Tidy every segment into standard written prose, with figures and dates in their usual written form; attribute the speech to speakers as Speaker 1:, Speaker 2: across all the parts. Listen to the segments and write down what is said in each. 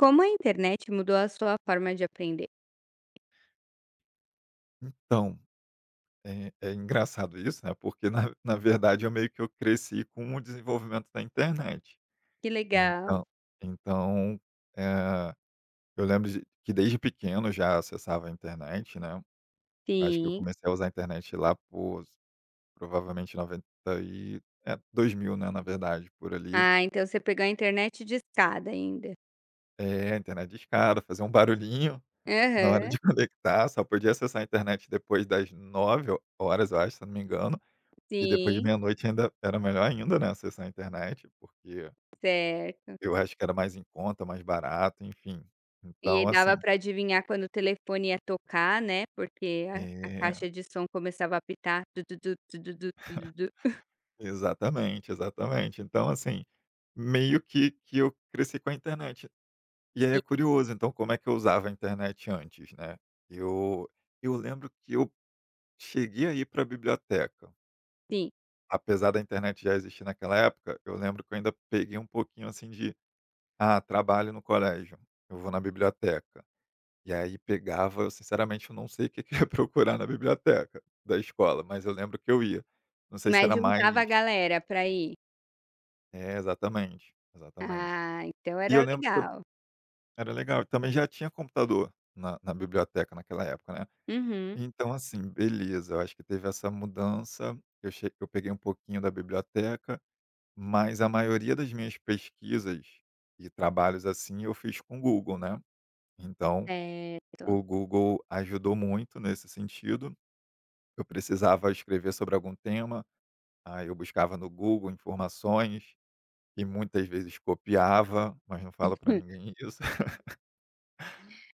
Speaker 1: Como a internet mudou a sua forma de aprender?
Speaker 2: Então, é engraçado isso, né, porque na verdade eu meio que eu cresci com o desenvolvimento da internet.
Speaker 1: Que legal,
Speaker 2: Então então, eh, eu lembro de que desde pequeno já acessava a internet, né, acho que eu
Speaker 1: sim.
Speaker 2: comecei a usar a internet lá por provavelmente 90 e 2000, né, na verdade, por ali.
Speaker 1: Ah, então você pegou a internet de escada ainda.
Speaker 2: É, internet discada, fazer um barulhinho na hora
Speaker 1: Aham,
Speaker 2: de conectar, só podia acessar a internet depois das 9 horas, eu acho, se eu não me engano. E depois de
Speaker 1: sim,
Speaker 2: meia-noite ainda era melhor ainda, né, acessar a internet, porque
Speaker 1: certo.
Speaker 2: eu acho que era mais em conta, mais barato, enfim.
Speaker 1: E
Speaker 2: Então
Speaker 1: aí dava
Speaker 2: assim
Speaker 1: para adivinhar quando o telefone ia tocar, né, porque a
Speaker 2: é,
Speaker 1: caixa de som começava a apitar, "du-du-du, du-du-du, du-du-du".
Speaker 2: exatamente, exatamente. Então assim, meio que eu cresci com a internet. E aí é
Speaker 1: Sim,
Speaker 2: curioso, então como é que eu usava a internet antes, né. Eu eu lembro que eu cheguei a ir para a biblioteca,
Speaker 1: sim.
Speaker 2: apesar da internet já existir naquela época, eu lembro que eu ainda peguei um pouquinho assim de: "Ah, trabalho no colégio, eu vou na biblioteca". E aí pegava eu sinceramente eu não sei o que eu ia procurar na biblioteca da escola, mas eu lembro que eu ia. Não sei se
Speaker 1: Mas
Speaker 2: era mais
Speaker 1: juntava a galera para ir?
Speaker 2: é, exatamente, exatamente.
Speaker 1: Ah, então
Speaker 2: E
Speaker 1: era
Speaker 2: eu lembro que eu
Speaker 1: legal.
Speaker 2: era legal, também já tinha computador na biblioteca naquela época, né.
Speaker 1: Uhum,
Speaker 2: Então assim, beleza, eu acho que teve essa mudança, eu peguei um pouquinho da biblioteca, mas a maioria das minhas pesquisas e trabalhos, assim, eu fiz com o Google, né. Então,
Speaker 1: certo.
Speaker 2: o Google ajudou muito nesse sentido. Eu precisava escrever sobre algum tema, aí eu buscava no Google informações e muitas vezes copiava, mas não falo para ninguém isso.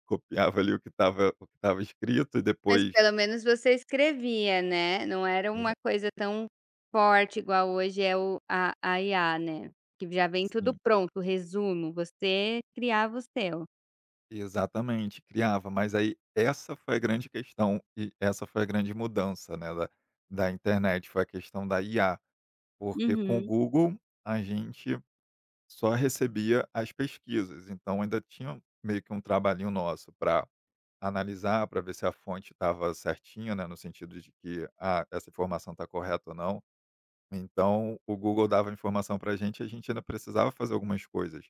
Speaker 2: Copiava ali o que estava escrito e
Speaker 1: Mas
Speaker 2: depois
Speaker 1: pelo menos você escrevia, né, não era uma
Speaker 2: exa
Speaker 1: coisa tão forte igual hoje é o a IA, né, que já vem tudo
Speaker 2: sim,
Speaker 1: pronto, resumo, você criava o seu.
Speaker 2: exatamente, criava. Mas aí essa foi a grande questão e essa foi a grande mudança, né, da internet, foi a questão da IA, porque com o
Speaker 1: Uhum,
Speaker 2: Google a gente só recebia as pesquisas, então ainda tinha meio que um trabalhinho nosso para analisar, para ver se a fonte estava certinha, né, no sentido de que, ah, essa informação está correta ou não. Então, o Google dava informação para a gente e a gente ainda precisava fazer algumas coisas.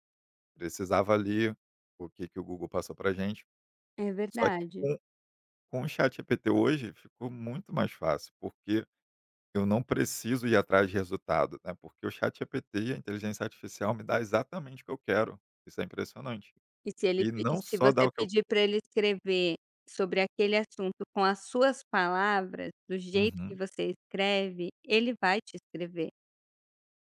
Speaker 2: Precisava ler o que, que o Google passou para a gente.
Speaker 1: é
Speaker 2: Só
Speaker 1: verdade.
Speaker 2: com o ChatGPT hoje ficou muito mais fácil, porque eu não preciso ir atrás de resultado, né? Porque o ChatGPT e a inteligência artificial me dá exatamente o que eu quero. Isso é impressionante. E
Speaker 1: E
Speaker 2: não
Speaker 1: se
Speaker 2: só dá
Speaker 1: você
Speaker 2: o que eu.
Speaker 1: pedir para ele escrever sobre aquele assunto com as suas palavras, do jeito que
Speaker 2: Uhum.
Speaker 1: você escreve, ele vai te escrever.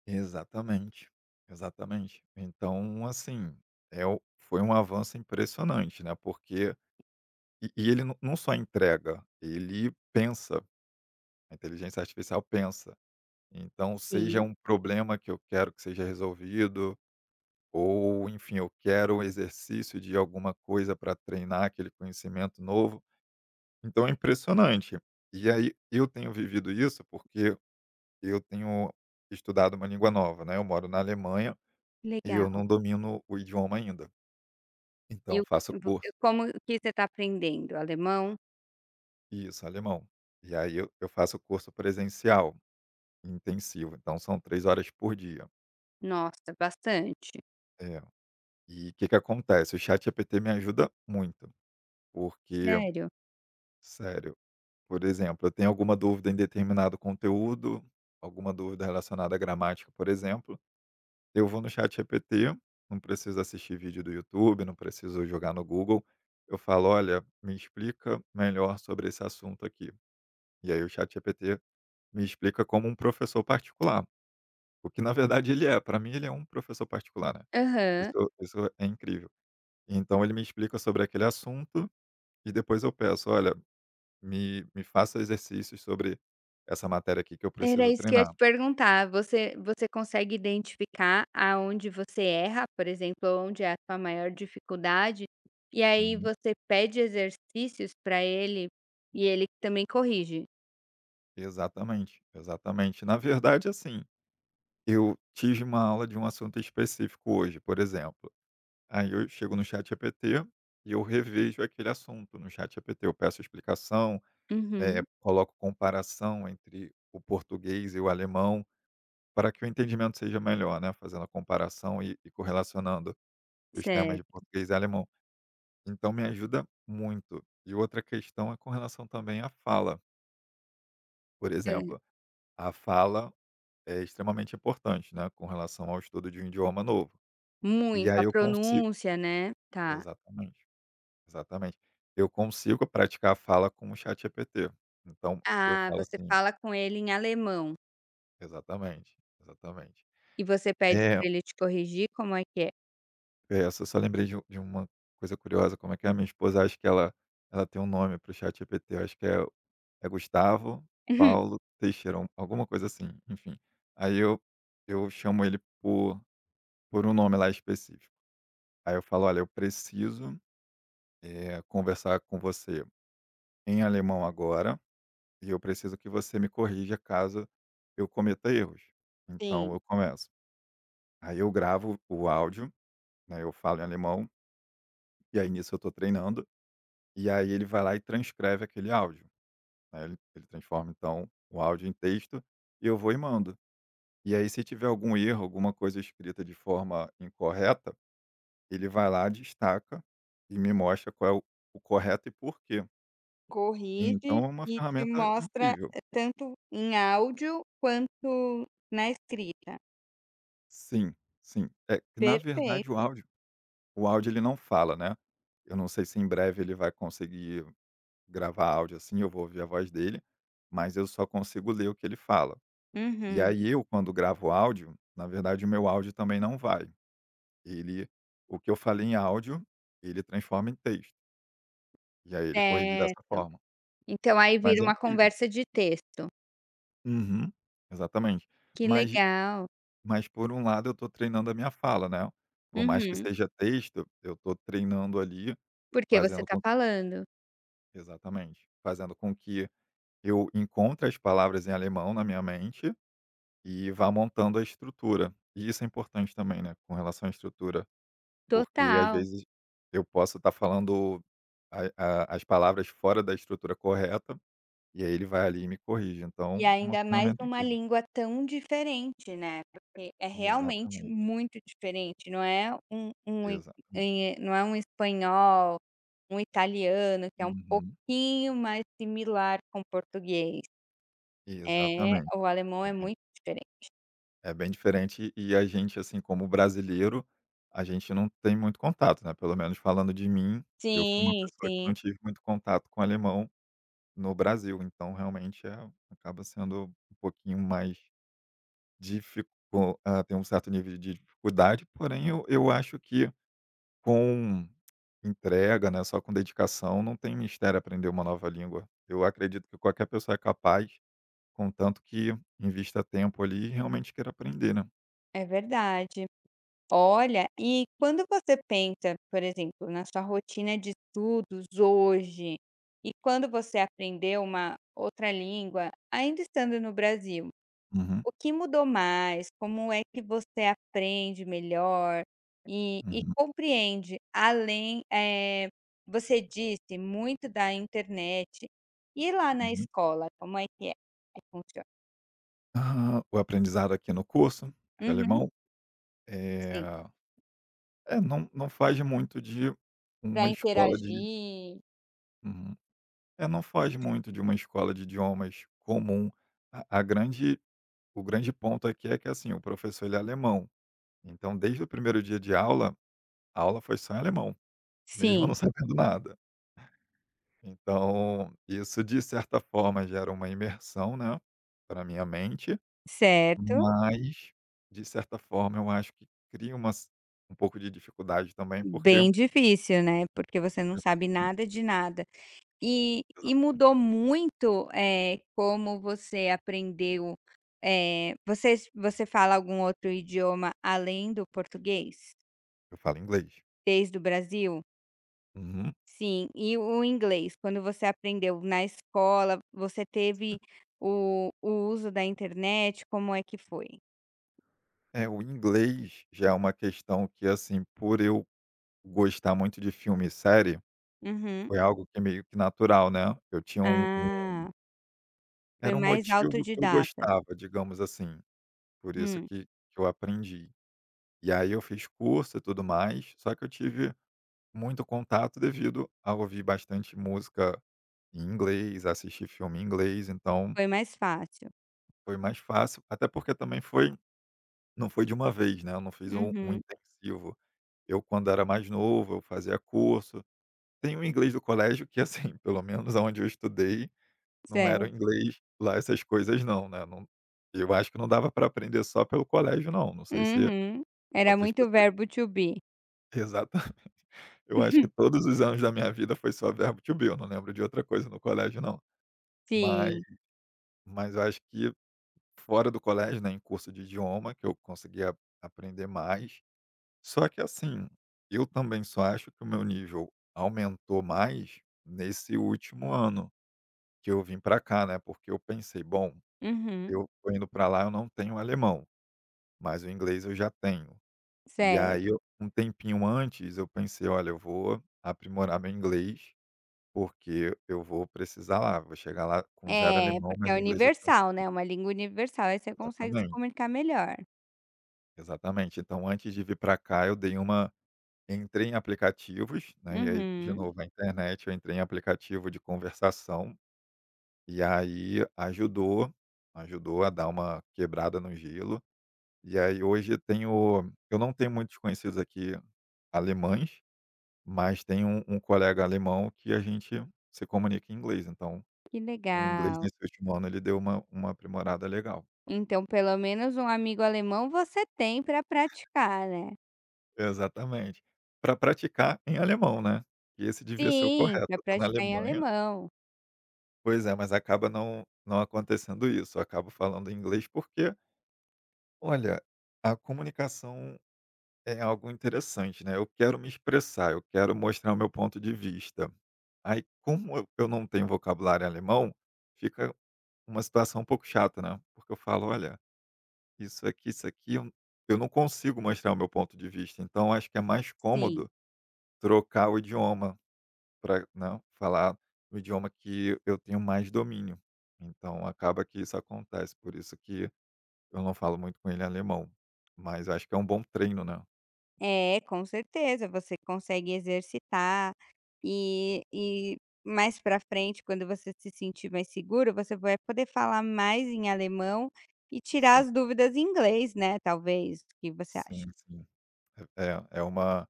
Speaker 2: Exatamente, exatamente. Então, assim, é o foi um avanço impressionante, né, porque e ele não só entrega, ele pensa, a inteligência artificial pensa. Então, seja
Speaker 1: Sim,
Speaker 2: um problema que eu quero que seja resolvido, ou enfim, eu quero o exercício de alguma coisa para treinar aquele conhecimento novo, então é impressionante. E aí, eu tenho vivido isso, porque eu tenho estudado uma língua nova, né, eu moro na Alemanha. E eu
Speaker 1: legal.
Speaker 2: não domino o idioma ainda,
Speaker 1: E
Speaker 2: então
Speaker 1: o
Speaker 2: eu faço
Speaker 1: vo E
Speaker 2: curso.
Speaker 1: como que você está aprendendo? Alemão?
Speaker 2: Isso, alemão. E aí eu faço curso presencial intensivo, então são 3 horas por dia.
Speaker 1: Nossa, bastante.
Speaker 2: É. E o que que acontece, o ChatGPT me ajuda muito, porque
Speaker 1: Sério?
Speaker 2: sério, por exemplo, eu tenho alguma dúvida em determinado conteúdo, alguma dúvida relacionada à gramática, por exemplo, eu vou no ChatGPT, não preciso assistir vídeo do YouTube, não preciso jogar no Google, eu falo: "Olha, me explica melhor sobre esse assunto aqui". E aí o ChatGPT me explica como um professor particular, o que na verdade ele é, para mim ele é um professor particular, né.
Speaker 1: Aham.
Speaker 2: Isso é incrível. Então ele me explica sobre aquele assunto e depois eu peço: "Olha, me faça exercícios sobre essa matéria aqui que eu
Speaker 1: Era
Speaker 2: preciso
Speaker 1: isso que eu ia
Speaker 2: treinar".
Speaker 1: te perguntar, você consegue identificar aonde você erra, por exemplo, onde é a tua maior dificuldade, e aí
Speaker 2: Uhum.
Speaker 1: você pede exercícios para ele, e ele também corrige?
Speaker 2: Exatamente, exatamente. Na verdade, assim, eu tive uma aula de um assunto específico hoje, por exemplo, aí eu chego no ChatGPT e eu revejo aquele assunto no ChatGPT, eu peço explicação.
Speaker 1: Uhum.
Speaker 2: Coloco comparação entre o português e o alemão, para que o entendimento seja melhor, né, fazendo a comparação e correlacionando os temas de
Speaker 1: Certo.
Speaker 2: português e alemão. Então me ajuda muito. E outra questão é com relação também à fala. Por
Speaker 1: É.
Speaker 2: exemplo, a fala é extremamente importante, né, com relação ao estudo de um idioma novo. E
Speaker 1: Muito,
Speaker 2: aí
Speaker 1: a
Speaker 2: eu consigo
Speaker 1: pronúncia, né. Tá.
Speaker 2: exatamente, exatamente. Eu consigo praticar a fala com o ChatGPT. Então eu
Speaker 1: Ah,
Speaker 2: falo
Speaker 1: você
Speaker 2: assim
Speaker 1: fala com ele em alemão,
Speaker 2: exatamente, exatamente.
Speaker 1: e você pede
Speaker 2: Eh
Speaker 1: para ele te corrigir, como é que é?
Speaker 2: É, eu só lembrei de uma coisa curiosa, como é que é, a minha esposa acho que ela tem um nome para o ChatGPT, eu acho que é é Gustavo Paulo Teixeira, al alguma coisa assim, enfim. Aí eu chamo ele por um nome lá específico. Aí eu falo: "Olha, eu preciso, conversar com você em alemão agora, e eu preciso que você me corrija caso eu cometa erros". Então
Speaker 1: Sim.
Speaker 2: eu começo. Aí eu gravo o áudio, né, eu falo em alemão, e aí nisso eu estou treinando. E aí ele vai lá e transcreve aquele áudio, né, ele transforma, então, o áudio em texto e eu vou e mando. E aí se tiver algum erro, alguma coisa escrita de forma incorreta, ele vai lá, destaca e me mostra qual é o correto e por quê.
Speaker 1: Corrige
Speaker 2: Então é uma
Speaker 1: e te
Speaker 2: ferramenta
Speaker 1: mostra,
Speaker 2: incrível.
Speaker 1: tanto em áudio quanto na escrita.
Speaker 2: Sim, sim. É que na verdade
Speaker 1: Perfeito.
Speaker 2: o áudio ele não fala, né. Eu não sei se em breve ele vai conseguir gravar áudio, assim, eu vou ouvir a voz dele, mas eu só consigo ler o que ele fala. E
Speaker 1: Uhum.
Speaker 2: aí eu, quando gravo áudio, na verdade o meu áudio também não vai. Ele o que eu falei em áudio, ele transforma em texto, e aí ele corrige dessa
Speaker 1: Certo.
Speaker 2: forma.
Speaker 1: Então aí
Speaker 2: Mas
Speaker 1: vira
Speaker 2: é
Speaker 1: uma
Speaker 2: incrível.
Speaker 1: conversa de texto.
Speaker 2: Uhum, exatamente.
Speaker 1: Que
Speaker 2: Mas
Speaker 1: legal.
Speaker 2: mas por um lado eu estou treinando a minha fala, né. Por mais que
Speaker 1: Uhum.
Speaker 2: seja texto, eu estou treinando ali,
Speaker 1: Porque você
Speaker 2: fazendo
Speaker 1: está
Speaker 2: com
Speaker 1: falando.
Speaker 2: exatamente, fazendo com que eu encontre as palavras em alemão na minha mente e vá montando a estrutura. E isso é importante também, né, com relação à estrutura. Porque às
Speaker 1: Total.
Speaker 2: vezes eu posso estar falando a as palavras fora da estrutura correta, e aí ele vai ali e me corrige,
Speaker 1: E
Speaker 2: então é uma
Speaker 1: ainda mais
Speaker 2: ferramenta
Speaker 1: numa
Speaker 2: incrível.
Speaker 1: língua tão diferente, né, porque é realmente
Speaker 2: Exatamente,
Speaker 1: muito diferente, não é um um i
Speaker 2: exatamente.
Speaker 1: em não é um espanhol, um italiano que é um
Speaker 2: Uhum.
Speaker 1: pouquinho mais similar com o português, é,
Speaker 2: Exatamente.
Speaker 1: o alemão
Speaker 2: É
Speaker 1: é
Speaker 2: bem
Speaker 1: muito diferente.
Speaker 2: É bem diferente e a gente, assim, como brasileiro, a gente não tem muito contato, né, pelo menos falando de mim, eu fui uma
Speaker 1: Sim,
Speaker 2: pessoa que
Speaker 1: sim,
Speaker 2: não tive muito contato com alemão no Brasil, então realmente é acaba sendo um pouquinho mais Dificu ah, tem um certo nível de dificuldade, porém eu acho que com entrega, né, só com dedicação, não tem mistério aprender uma nova língua. Eu acredito que qualquer pessoa é capaz, contanto que invista tempo ali e realmente queira aprender, né.
Speaker 1: é verdade. Olha, e quando você pensa, por exemplo, na sua rotina de estudos hoje, e quando você aprendeu uma outra língua, ainda estando no Brasil.
Speaker 2: Uhum,
Speaker 1: O que mudou mais? Como é que você aprende melhor e
Speaker 2: uhum,
Speaker 1: compreende além, você disse muito da internet. E lá na
Speaker 2: uhum.
Speaker 1: escola, como é que funciona?
Speaker 2: Ah, o aprendizado aqui no curso de
Speaker 1: Uhum,
Speaker 2: alemão, é
Speaker 1: sim.
Speaker 2: é, não faz muito de
Speaker 1: Pra
Speaker 2: uma escola de
Speaker 1: interagir.
Speaker 2: uhum. É, não faz muito de uma escola de idiomas comum. A grande O grande ponto aqui é que, assim, o professor ele é alemão, então desde o primeiro dia de aula, a aula foi só em alemão, mesmo eu
Speaker 1: Sim,
Speaker 2: não sabendo nada. Então, isso de certa forma gera uma imersão, né, para minha mente,
Speaker 1: certo.
Speaker 2: mas de certa forma eu acho que cria uma s um pouco de dificuldade também, porque
Speaker 1: Bem difícil, né, porque você não sabe
Speaker 2: exatamente,
Speaker 1: nada de nada. E
Speaker 2: exato,
Speaker 1: mudou muito, como você aprendeu, você fala algum outro idioma além do português?
Speaker 2: eu falo inglês.
Speaker 1: Desde o Brasil?
Speaker 2: Uhum,
Speaker 1: Sim, e o inglês, quando você aprendeu na escola, você
Speaker 2: sim.
Speaker 1: teve o uso da internet, como é que foi?
Speaker 2: É, o inglês já é uma questão que, assim, por eu gostar muito de filme e série.
Speaker 1: Uhum.
Speaker 2: Foi algo que meio que natural, né. Eu tinha um
Speaker 1: Ah, foi
Speaker 2: era um
Speaker 1: mais
Speaker 2: motivo que eu
Speaker 1: autodidata.
Speaker 2: gostava, digamos assim, por isso
Speaker 1: Hum,
Speaker 2: que eu aprendi. E aí eu fiz curso e tudo mais, só que eu tive muito contato devido a ouvir bastante música em inglês, assistir filme em inglês, então
Speaker 1: foi mais fácil.
Speaker 2: foi mais fácil, até porque também foi não foi de uma vez, né, eu não fiz um
Speaker 1: Uhum,
Speaker 2: intensivo. Eu quando era mais novo, eu fazia curso. Tem o inglês do colégio que, assim, pelo menos onde eu estudei, não era
Speaker 1: certo.
Speaker 2: o inglês lá essas coisas não, né, não eu acho que não dava pra aprender só pelo colégio não, não sei se
Speaker 1: Uhum. Era
Speaker 2: outras
Speaker 1: muito
Speaker 2: pessoas
Speaker 1: verbo to be.
Speaker 2: exata eu acho que todos os anos da minha vida foi só verbo to be, eu não lembro de outra coisa no colégio não. Mas
Speaker 1: Sim.
Speaker 2: mas eu acho que fora do colégio, né, em curso de idioma que eu conseguia aprender mais, só que assim, eu também só acho que o meu nível aumentou mais nesse último ano que eu vim pra cá, né, porque eu pensei: "Bom,
Speaker 1: Uhum,
Speaker 2: eu tô indo pra lá, eu não tenho alemão". Mas o inglês eu já tenho. E aí
Speaker 1: certo.
Speaker 2: eu um tempinho antes eu pensei: "Olha, eu vou aprimorar meu inglês, porque eu vou precisar lá, vou chegar lá com zero
Speaker 1: É,
Speaker 2: alemão,
Speaker 1: porque é
Speaker 2: mas o inglês eu tenho".
Speaker 1: universal, né, uma língua universal, aí você consegue se
Speaker 2: Exatamente,
Speaker 1: comunicar melhor.
Speaker 2: exatamente. Então antes de vir para cá eu dei uma entrei em aplicativos, né, e aí de
Speaker 1: Uhum,
Speaker 2: novo a internet, eu entrei em aplicativo de conversação, e aí ajudou, ajudou a dar uma quebrada no gelo. E aí hoje eu tenho eu não tenho muitos conhecidos aqui alemães. Mas tem um colega alemão que a gente se comunica em inglês, então
Speaker 1: que
Speaker 2: o inglês
Speaker 1: legal.
Speaker 2: nesse último ano ele deu uma aprimorada legal.
Speaker 1: Então pelo menos um amigo alemão você tem para praticar, né.
Speaker 2: Exatamente. Para praticar em alemão, né. E esse devia ser o
Speaker 1: Sim,
Speaker 2: correto,
Speaker 1: para
Speaker 2: eu tô na
Speaker 1: praticar em
Speaker 2: Alemanha
Speaker 1: alemão.
Speaker 2: pois é, mas acaba não acontecendo isso, eu acabo falando inglês porque, olha, a comunicação é algo interessante, né, eu quero me expressar, eu quero mostrar o meu ponto de vista. Aí como eu não tenho vocabulário alemão, fica uma situação um pouco chata, né, porque eu falo: "Olha, isso aqui, eu não consigo mostrar o meu ponto de vista", então acho que é mais
Speaker 1: Sim.
Speaker 2: cômodo trocar o idioma para não falar o idioma que eu tenho mais domínio. Então acaba que isso acontece, por isso que eu não falo muito com ele alemão, mas acho que é um bom treino, né.
Speaker 1: É, com certeza, você consegue exercitar e mais para frente, quando você se sentir mais seguro, você vai poder falar mais em alemão e tirar
Speaker 2: Sim,
Speaker 1: as dúvidas em inglês, né, talvez. O que você
Speaker 2: sim,
Speaker 1: acha?
Speaker 2: sim. É, é uma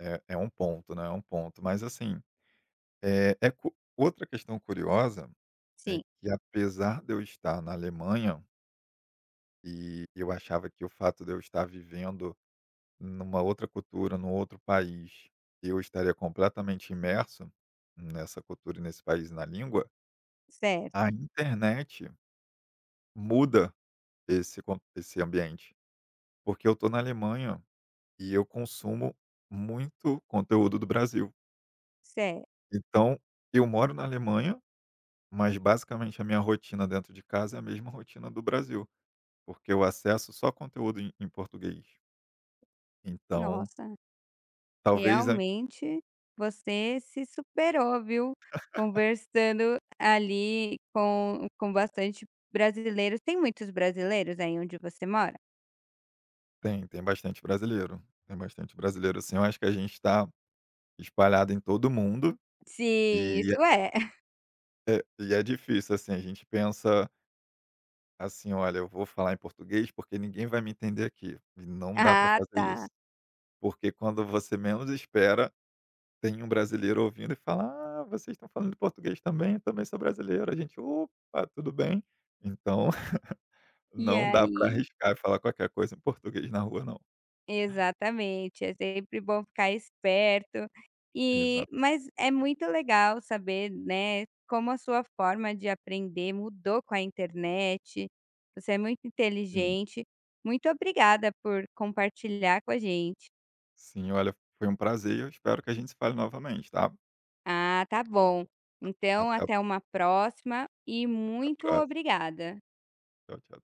Speaker 2: é um ponto, né, é um ponto. Mas assim, eh, é cu outra questão curiosa é
Speaker 1: Sim,
Speaker 2: que apesar de eu estar na Alemanha e eu achava que o fato de eu estar vivendo numa outra cultura, num outro país, eu estaria completamente imerso nessa cultura e nesse país e na língua. A
Speaker 1: certo,
Speaker 2: internet muda esse ambiente, porque eu estou na Alemanha e eu consumo muito conteúdo do Brasil.
Speaker 1: certo.
Speaker 2: Então, eu moro na Alemanha, mas basicamente a minha rotina dentro de casa é a mesma rotina do Brasil, porque eu acesso só conteúdo em português. Então,
Speaker 1: Nossa,
Speaker 2: talvez
Speaker 1: realmente você se superou, viu, conversando ali com bastante brasileiros. Tem muitos brasileiros aí onde você mora?
Speaker 2: tem, tem bastante brasileiro. Tem bastante brasileiro assim. Eu acho que a gente está espalhado em todo mundo
Speaker 1: Sim,
Speaker 2: e é
Speaker 1: isso é.
Speaker 2: é, e é difícil, assim, a gente pensa assim: "Olha, eu vou falar em português porque ninguém vai me entender aqui". E não dá para
Speaker 1: Ah,
Speaker 2: fazer
Speaker 1: tá.
Speaker 2: isso, porque quando você menos espera, tem um brasileiro ouvindo e fala: "Ah, vocês estão falando português também? Eu também sou brasileiro". A gente: "Opa, tudo bem?". Então
Speaker 1: E
Speaker 2: não dá para
Speaker 1: aí
Speaker 2: arriscar e falar qualquer coisa em português na rua não.
Speaker 1: Exatamente, é sempre bom ficar esperto. E
Speaker 2: Exato.
Speaker 1: mas é muito legal saber, né, como a sua forma de aprender mudou com a internet. Você é muito inteligente. Muito obrigada por compartilhar com a gente.
Speaker 2: Sim, olha, foi um prazer e eu espero que a gente se fale novamente, tá?
Speaker 1: Ah, tá bom. Então, até
Speaker 2: Até
Speaker 1: uma próxima e
Speaker 2: a
Speaker 1: muito
Speaker 2: próxima.
Speaker 1: obrigada.
Speaker 2: Tchau, tchau.